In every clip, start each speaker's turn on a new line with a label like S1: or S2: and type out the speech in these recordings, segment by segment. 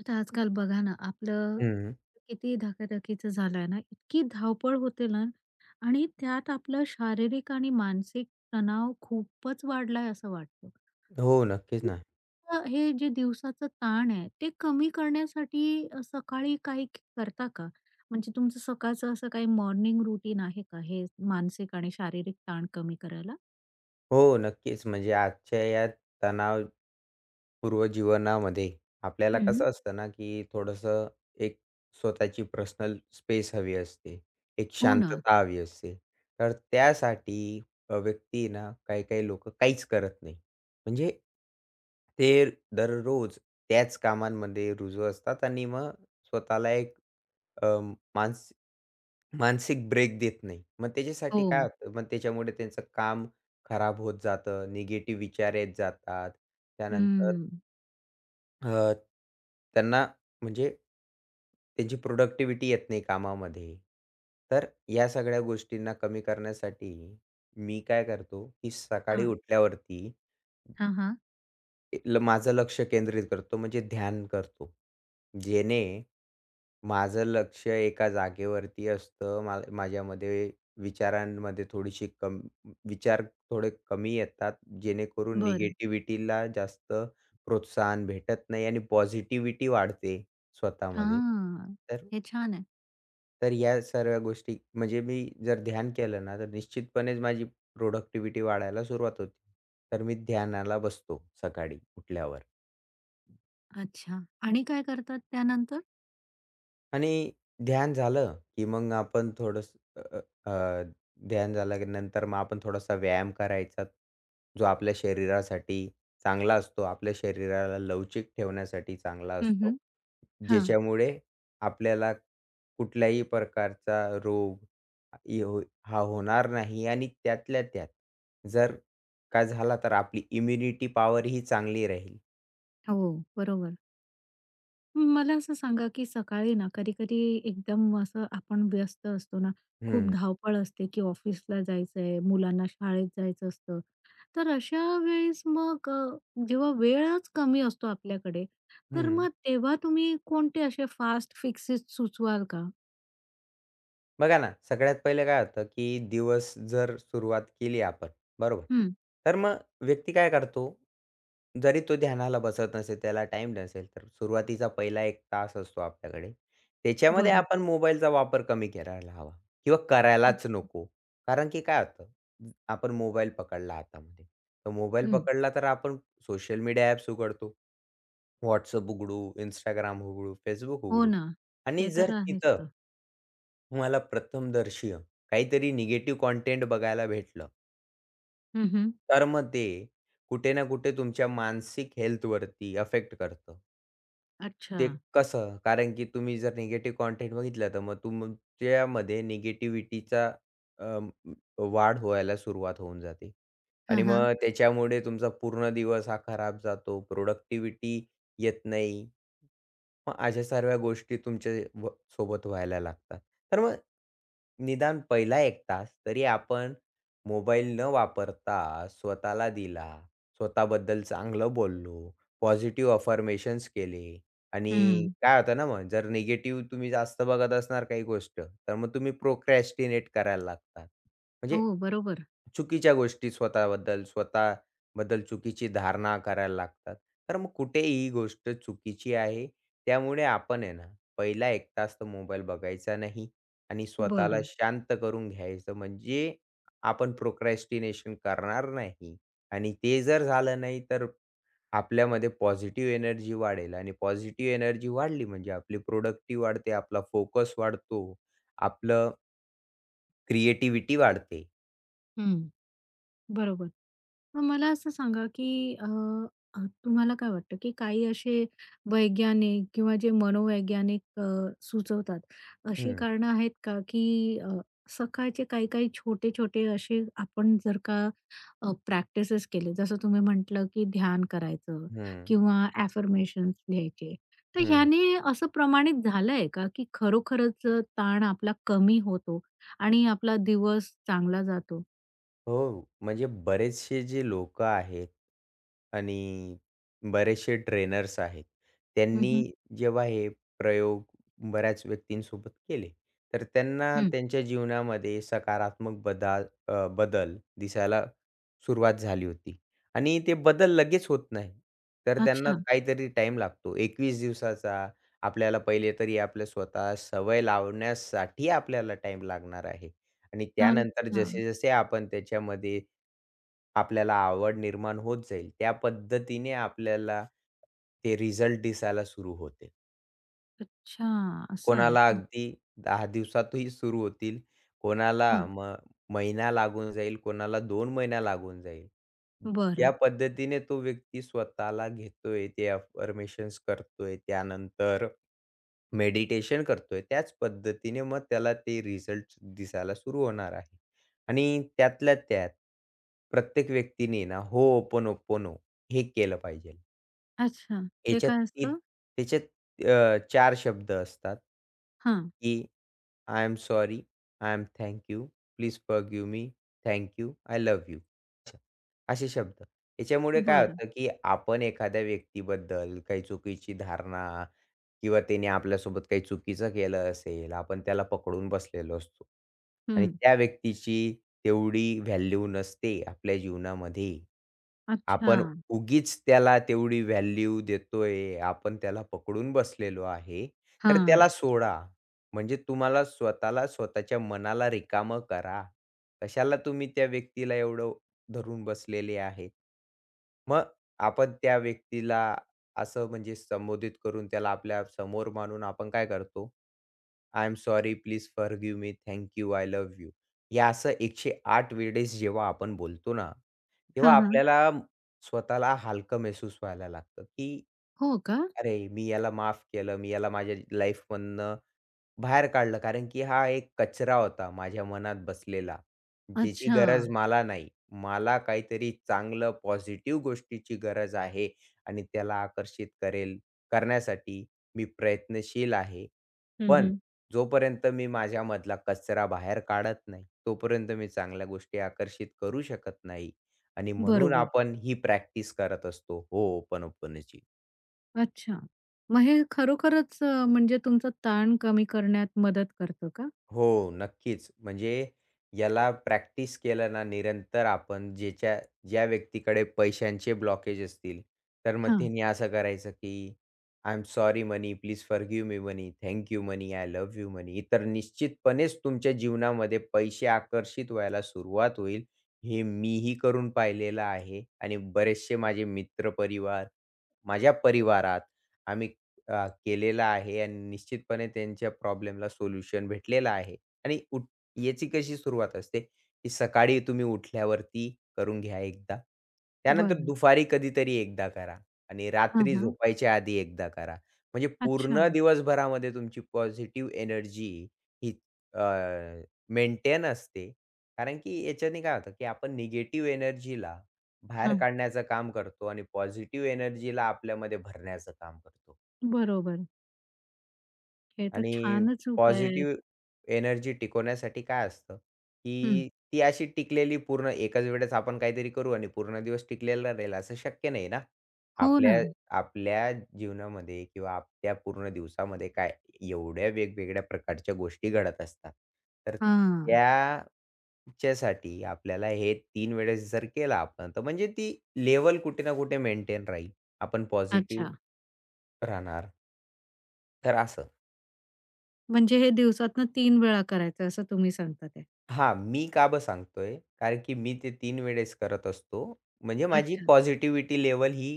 S1: आता आजकाल बघा ना, आपलं
S2: हं.
S1: किती धकाधकीचं झालंय ना, इतकी धावपळ होते ना आणि त्यात आपलं शारीरिक आणि मानसिक तणाव खूपच वाढलाय असं वाटतं.
S2: हो, नक्कीच ना.
S1: तर हे जे दिवसाचं ताण आहे, ते कमी करण्यासाठी सकाळी काही करता का? म्हणजे तुमचं सकाळचं असं काही मॉर्निंग रुटीन आहे का, हे मानसिक आणि शारीरिक ताण कमी करायला?
S2: हो, नक्कीच. म्हणजे आजच्या या तणावपूर्व जीवनामध्ये आपल्याला कसं
S1: हं.
S2: असतं ना, की थोडंसं एक स्वतःची पर्सनल स्पेस हवी असते. एक
S1: हो ना.
S2: शांतता हवी असते. तर त्यासाठी व्यक्ती ना, काही-काही लोक काहीच करत नाही. म्हणजे ते दररोज त्याच कामांमध्ये रुजू असतात आणि मग स्वतःला एक अ, मानस मानसिक ब्रेक देत नाही. मग त्याच्यासाठी काय
S1: हो.
S2: होतं, मग त्याच्यामुळे त्यांचं काम खराब होत जातं, निगेटिव्ह विचार येत जातात. त्यानंतर
S1: हं.
S2: अ, त्यांना म्हणजे त्यांची प्रोडक्टिव्हिटी येत नाही कामामध्ये. तर या सगळ्या गोष्टींना कमी करण्यासाठी मी काय करतो, की सकाळी
S1: हां.
S2: उठल्यावरती
S1: हां, हां.
S2: माझं लक्ष केंद्रित करतो म्हणजे ध्यान करतो. जेणे माझं लक्ष एका जागेवरती असतं. माझ्यामध्ये विचारांमध्ये थोडीशी विचार थोडे कमी येतात, जेणेकरून
S1: बरं.
S2: निगेटिव्हिटीला जास्त प्रोत्साहन भेटत नाही आणि पॉझिटिव्हिटी वाढते स्वतःमध्ये.
S1: हां.
S2: तर
S1: हे छान आहे.
S2: तर या सर्व गोष्टी म्हणजे मी जर ध्यान केलं ना, तर निश्चितपणेच माझी प्रोडक्टिव्हिटी वाढायला सुरुवात होते. तर मी ध्यानाला बसतो सकाळी उठल्यावर.
S1: अच्छा. आणि काय करतात त्यानंतर?
S2: आणि ध्यान झालं, की मग आपण थोडंसं अ, अ, अ, ध्यान झालं की नंतर मग आपण थोडासा व्यायाम करायचा, जो आपल्या शरीरासाठी चांगला असतो. आपल्या शरीराला लवचिक ठेवण्यासाठी चांगला
S1: हं,
S2: असतो.
S1: हं. हां.
S2: ज्याच्यामुळे आपल्याला कुठल्याही प्रकारचा रोग यो हा होणार नाही आणि त्यातल्या त्यात जर का झाला तर आपली इम्युनिटी पॉवर ही चांगली राहील.
S1: हो, बरोबर. मला असं सांगा, की सकाळी ना कधी-कधी एकदम असं आपण व्यस्त असतो ना, खूप
S2: हं,
S1: धावपळ असते, की ऑफिसला जायचंय, मुलांना शाळेत जायचं असतं. तर अशा वेळेस मग जेव्हा वेळच कमी असतो आपल्याकडे, तर
S2: हं.
S1: मग तेव्हा तुम्ही कोणते असे फास्ट फिक्सेस सुचवाल का?
S2: बघा ना, सगळ्यात पहिलं काय होतं, की दिवस जर सुरुवात केली आपण, बरोबर?
S1: हं.
S2: तर मग व्यक्ती काय करतो, जरी तो ध्यानाला बसत नसेल, त्याला टाइम नसेल, तर सुरुवातीचा पहिला एक तास असतो आपल्याकडे. त्याच्यामध्ये
S1: बरं.
S2: आपण मोबाईलचा वापर कमी करायला हवा किंवा करायलाच
S1: अच्छा.
S2: नको. कारण की काय होतं, आपण मोबाईल पकडला हातामध्ये. तर मोबाईल
S1: हं.
S2: पकडला तर आपण सोशल मीडिया ॲप्स उघडतो. WhatsApp उघडू, Instagram उघडू, Facebook
S1: हो
S2: उघडू
S1: ना.
S2: आणि
S1: ते
S2: जर
S1: तर आहेच
S2: तिथं
S1: तर.
S2: मला प्रथमदर्शी काहीतरी निगेटिव्ह कंटेंट बघायला भेटलं,
S1: हं,
S2: तर मग ते कुठे ना कुठे तुमच्या मानसिक हेल्थवरती अफेक्ट करतं.
S1: अच्छा.
S2: ते कसं? कारण की तुम्ही जर निगेटिव्ह कंटेंट बघितला, तर मग तुमच्यामध्ये निगेटिव्हिटीचा अ, वाढ व्हायला सुरुवात होऊन जाते आणि
S1: हां, हां.
S2: मग त्याच्यामुळे तुमचा पूर्ण दिवस हा खराब जातो. प्रोडक्टिव्हिटी येत नाही. मग अशा सर्व गोष्टी तुमच्या व सोबत व्हायला लागतात. तर मग निदान पहिला 1 तास तरी आपण मोबाईल न वापरता स्वतःला दिला. स्वतःबद्दल चांगलं बोललो, पॉझिटिव्ह अफर्मेशन्स केले आणि काय होतं ना मग जर निगेटिव्ह तुम्ही जास्त बघत असणार काही गोष्ट, तर मग तुम्ही प्रोक्रॅस्टिनेट करायला लागतात.
S1: हो,
S2: म्हणजे
S1: बरोबर.
S2: चुकीच्या गोष्टी स्वतःबद्दल, स्वतःबद्दल चुकीची धारणा करायला लागतात. तर मग कुठे ही गोष्ट चुकीची आहे. त्यामुळे आपण आहे ना, पहिला 1 तास तर मोबाईल बघायचा नाही आणि स्वतःला
S1: बरं.
S2: शांत करून घ्यायचं. म्हणजे आपण प्रोक्रॅस्टिनेशन करणार नाही आणि ते जर झालं नाही, तर आपल्यामध्ये पॉझिटिव्ह एनर्जी वाढेल आणि पॉझिटिव्ह एनर्जी वाढली म्हणजे आपली प्रोडक्टिव्ह वाढते, आपला फोकस वाढतो, आपलं क्रिएटिव्हिटी वाढते.
S1: हं, बरोबर. मग मला असं सांगा, की अ, अ, तुम्हाला काय वाटतं, की काही असे वैज्ञानिक किंवा जे मनोवैज्ञानिक सुचवतात, अशी
S2: हं,
S1: कारणं आहेत का, की अ, सकाळचे काही-काही छोटे-छोटे असे आपण जर का प्रॅक्टिसेस केले. जसं तुम्ही म्हटलं, की ध्यान करायचं
S2: हं,
S1: किंवा अफर्मेशन्स लिहायचे. तर
S2: हं.
S1: ह्याने असं प्रमाणित झालंय का, की खरोखरच ताण आपला कमी होतो आणि आपला दिवस चांगला जातो?
S2: हो, म्हणजे बरेचसे जे लोकं आहेत आणि बरेचसे ट्रेनर्स आहेत.
S1: हं, हं.
S2: त्यांनी जेव्हा हे प्रयोग बऱ्याच व्यक्तींसोबत केले, तर त्यांना त्यांच्या जीवनामध्ये सकारात्मक बदल दिसायला सुरुवात झाली होती आणि ते बदल लगेच होत नाही. तर त्यांना
S1: अच्छा.
S2: काहीतरी टाईम लागतो. 21 दिवसाचा आपल्याला पहिले तरी आपल्या स्वतः सवय लावण्यासाठी आपल्याला टाईम लागणार आहे. आणि त्यानंतर
S1: अच्छा.
S2: जसे-जसे आपण त्याच्यामध्ये आपल्याला आवड निर्माण होत जाईल, त्या पद्धतीने आपल्याला ते रिझल्ट दिसायला सुरू होते.
S1: अच्छा. असं आहे
S2: कोणाला
S1: का?
S2: अगदी 10 दिवसातही सुरू होतील, कोणाला
S1: हां.
S2: महिना लागून जाईल, कोणाला 2 महिना लागून जाईल. या
S1: बरं.
S2: पद्धतीने तो व्यक्ती स्वतःला घेतोय, ते अफर्मेशन्स करतोय. त्यानंतर मेडिटेशन करतोय, त्याच पद्धतीने मग त्याला ते रिझल्ट्स दिसायला सुरू होणार आहे. आणि त्यातल्या त्यात प्रत्येक व्यक्तीने ना होओपोनोपोनो हे केलं पाहिजे.
S1: अच्छा. ते
S2: याच्यात
S1: काय
S2: ती
S1: असतं?
S2: त्याच्यात चार शब्द असतात,
S1: हां.
S2: की I am sorry, I am thank you, please forgive me, thank you, I love you. असे शब्द. याच्यामुळे काय
S1: बरं.
S2: होतं, की आपण एखाद्या व्यक्तीबद्दल काही चुकीची धारणा किंवा त्याने आपल्यासोबत काही चुकीचं केलं असेल, आपण त्याला पकडून बसलेलो असतो आणि
S1: हं.
S2: त्या व्यक्तीची तेवढी व्हॅल्यू नसते आपल्या जीवनामध्ये.
S1: अच्छा.
S2: आपण उगीच त्याला तेवढी व्हॅल्यू देतोय, आपण त्याला पकडून बसलेलो आहे, तर
S1: हां.
S2: त्याला सोडा. म्हणजे तुम्हाला स्वतःला स्वतःच्या मनाला रिकामं करा. कशाला तुम्ही त्या व्यक्तीला एवढं धरून बसलेले आहे. मग आपण त्या व्यक्तीला असं म्हणजे संबोधित करून त्याला आपल्या समोर मानून आपण काय करतो? I am sorry, please forgive me, thank you, I love you. हे असं 108 वेळेस जेव्हा आपण बोलतो ना, तेव्हा
S1: हां, हां.
S2: आपल्याला स्वतःला हलकं महसूस व्हायला लागतं, की
S1: हो का?
S2: अरे, मी याला माफ केलं, मी याला माझ्या लाईफमधनं बाहेर काढलं. कारण की हा एक कचरा होता माझ्या मनात बसलेला. ज्याची
S1: अच्छा.
S2: गरज मला नाही. मला काहीतरी चांगलं पॉझिटिव्ह गोष्टीची गरज आहे आणि त्याला आकर्षित करेल करण्यासाठी मी प्रयत्नशील आहे.
S1: हं,
S2: पण
S1: हं.
S2: जोपर्यंत मी माझ्यामधला कचरा बाहेर काढत नाही, तोपर्यंत मी चांगल्या गोष्टी आकर्षित करू शकत नाही. आणि म्हणून
S1: बरोबर.
S2: आपण ही प्रॅक्टिस करत असतो, होओपनची.
S1: अच्छा. मग हे खरोखरच म्हणजे तुमचा ताण कमी करण्यात मदत करतं का?
S2: हो, नक्कीच. म्हणजे याला प्रॅक्टिस केलं ना निरंतर आपण ज्या व्यक्तीकडे पैशांचे ब्लॉकेज असतील, तर मग
S1: हां.
S2: तिने असं करायचं की I am sorry money, please forgive me money, thank you money, I love you money. तर निश्चितपणेच तुमच्या जीवनामध्ये पैसे आकर्षित व्हायला सुरुवात होईल. हे मीही करून पाहिलेलं आहे आणि बरेचसे माझे मित्र परिवार, माझ्या परिवारात आम्ही केलेला आहे आणि निश्चितपणे त्यांच्या प्रॉब्लेमला सोल्युशन भेटलेलं आहे. आणि याची कशी सुरुवात असते, की सकाळी तुम्ही उठल्यावरती करून घ्या एकदा. त्यानंतर
S1: बरं.
S2: दुपारी कधीतरी एकदा करा आणि
S1: हां,
S2: रात्री
S1: हां.
S2: झोपायच्या आधी एकदा करा. म्हणजे
S1: अच्छा.
S2: पूर्ण दिवसभरामध्ये तुमची पॉझिटिव्ह एनर्जी ही मेंटेन असते. कारण की याच्याने काय होतं, की आपण निगेटिव्ह एनर्जीला बाहेर
S1: हां,
S2: काढण्याचं काम करतो आणि पॉझिटिव्ह एनर्जीला आपल्यामध्ये भरण्याचं काम करतो.
S1: बरोबर. हे तर
S2: आणि
S1: छानच उपाय आहेत.
S2: पॉझिटिव्ह एनर्जी टिकवण्यासाठी काय असतं,
S1: हं.
S2: की ती अशी टिकलेली पूर्ण एकाच वेळेस आपण काहीतरी करू आणि पूर्ण दिवस टिकलेला राहील असं शक्य नाही ना.
S1: हो ना.
S2: आपल्या आपल्या जीवनामध्ये किंवा आपल्या पूर्ण दिवसामध्ये काय एवढ्या वेगवेगळ्या प्रकारच्या गोष्टी घडत असतात. तर
S1: हां.
S2: त्याच्यासाठी आपल्याला हे 3 वेळेस जर केलं आपण, तर म्हणजे ती लेव्हल कुठे ना कुठे मेंटेन राहील. आपण
S1: अच्छा.
S2: पॉझिटिव्ह राहणार. तर असं.
S1: म्हणजे हे दिवसातनं 3 वेळा करायचं असं तुम्ही सांगतात आहे.
S2: हां, मी का बरं सांगतोय? कारण की मी ते 3 वेळेस करत असतो. म्हणजे माझी
S1: अच्छा.
S2: पॉझिटिव्हिटी लेव्हल ही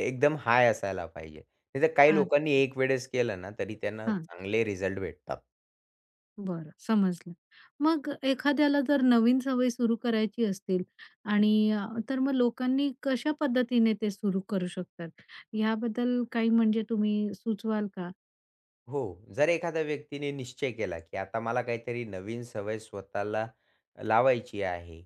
S2: एकदम हाय असायला पाहिजे. नाहीतर काही
S1: आ
S2: लोकांनी एक वेळेस केलं ना, तरी त्यांना
S1: हां.
S2: चांगले रिझल्ट भेटतात.
S1: बरं, समजलं. मग एखाद्याला जर नवीन सवय सुरू करायची असतील आणि तर मग लोकांनी कशा पद्धतीने ते सुरू करू शकतात? याबद्दल काही म्हणजे तुम्ही सुचवाल का?
S2: हो. जर एखाद्या व्यक्तीने निश्चय केला, की आता मला काहीतरी नवीन सवय स्वतःला लावायची आहे.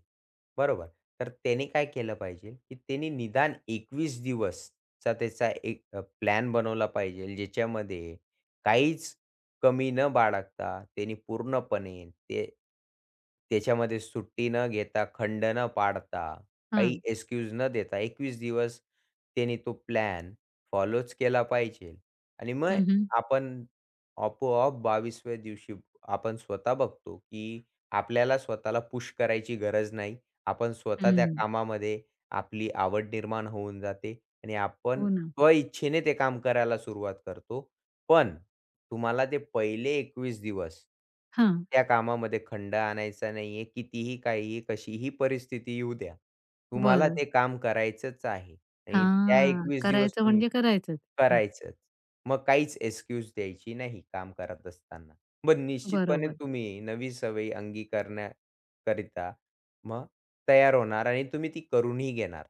S2: बरोबर. तर त्याने काय केलं पाहिजे, की त्याने निदान 21 दिवसचा त्याचा एक प्लॅन बनवला पाहिजे, ज्याच्यामध्ये काहीच कमी न बाळगता त्याने पूर्णपणे ते त्याच्यामध्ये सुट्टी न घेता, खंड न पाडता, काही
S1: हां.
S2: एक्सक्यूज न देता 21 दिवस त्याने तो प्लॅन फॉलोच केला पाहिजे आणि मग
S1: हं, हं.
S2: आपण आपोआप 22व्या दिवशी आपण स्वतः बघतो, की आपल्याला स्वतःला पुश करायची गरज नाही. आपण स्वतः त्या
S1: हं.
S2: कामामध्ये आपली आवड निर्माण होऊन जाते आणि आपण
S1: हो ना.
S2: स्वइच्छेने ते काम करायला सुरुवात करतो. पण तुम्हाला ते पहिले 21 दिवस
S1: हां,
S2: त्या कामामध्ये खंड आणायचा नाहीये. कितीही, काहीही, कशीही परिस्थिती येऊ द्या. तुम्हाला
S1: बरं.
S2: ते काम करायचंच आहे आणि त्या
S1: हां,
S2: 21 दिवस
S1: करायचं
S2: तुम्ही
S1: म्हणजे करायचंच ते.
S2: करायचंच. मग काहीच एक्सक्यूज द्यायची नाही काम करत असताना. मग निश्चितपणे
S1: बरोबर.
S2: तुम्ही नवी सवयी अंगीकारण्याकरिता मग तयार होणार आणि तुम्ही ती करूनही घेणार.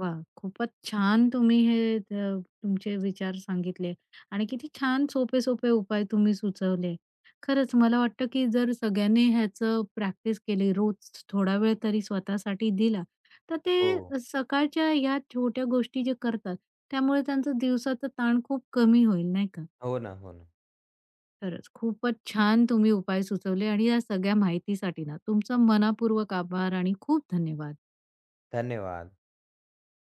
S1: वा, खूपच छान तुम्ही हे तुमचे विचार सांगितले आणि किती छान सोपे-सोपे उपाय तुम्ही सुचवले. खरंच मला वाटतं, की जर सगळ्यांनी ह्याचं प्रॅक्टिस केली, रोज थोडा वेळ तरी स्वतःसाठी दिला, तर ते
S2: हो.
S1: सकाळच्या या छोट्या गोष्टी जे करतात, त्यामुळे त्यांचं दिवसाचा ताण खूप कमी होईल, नाही का?
S2: हो ना, हो ना.
S1: खरंच खूपच छान तुम्ही उपाय सुचवले आणि या सगळ्या माहितीसाठी ना, तुमचा मनःपूर्वक आभार आणि खूप धन्यवाद.
S2: धन्यवाद.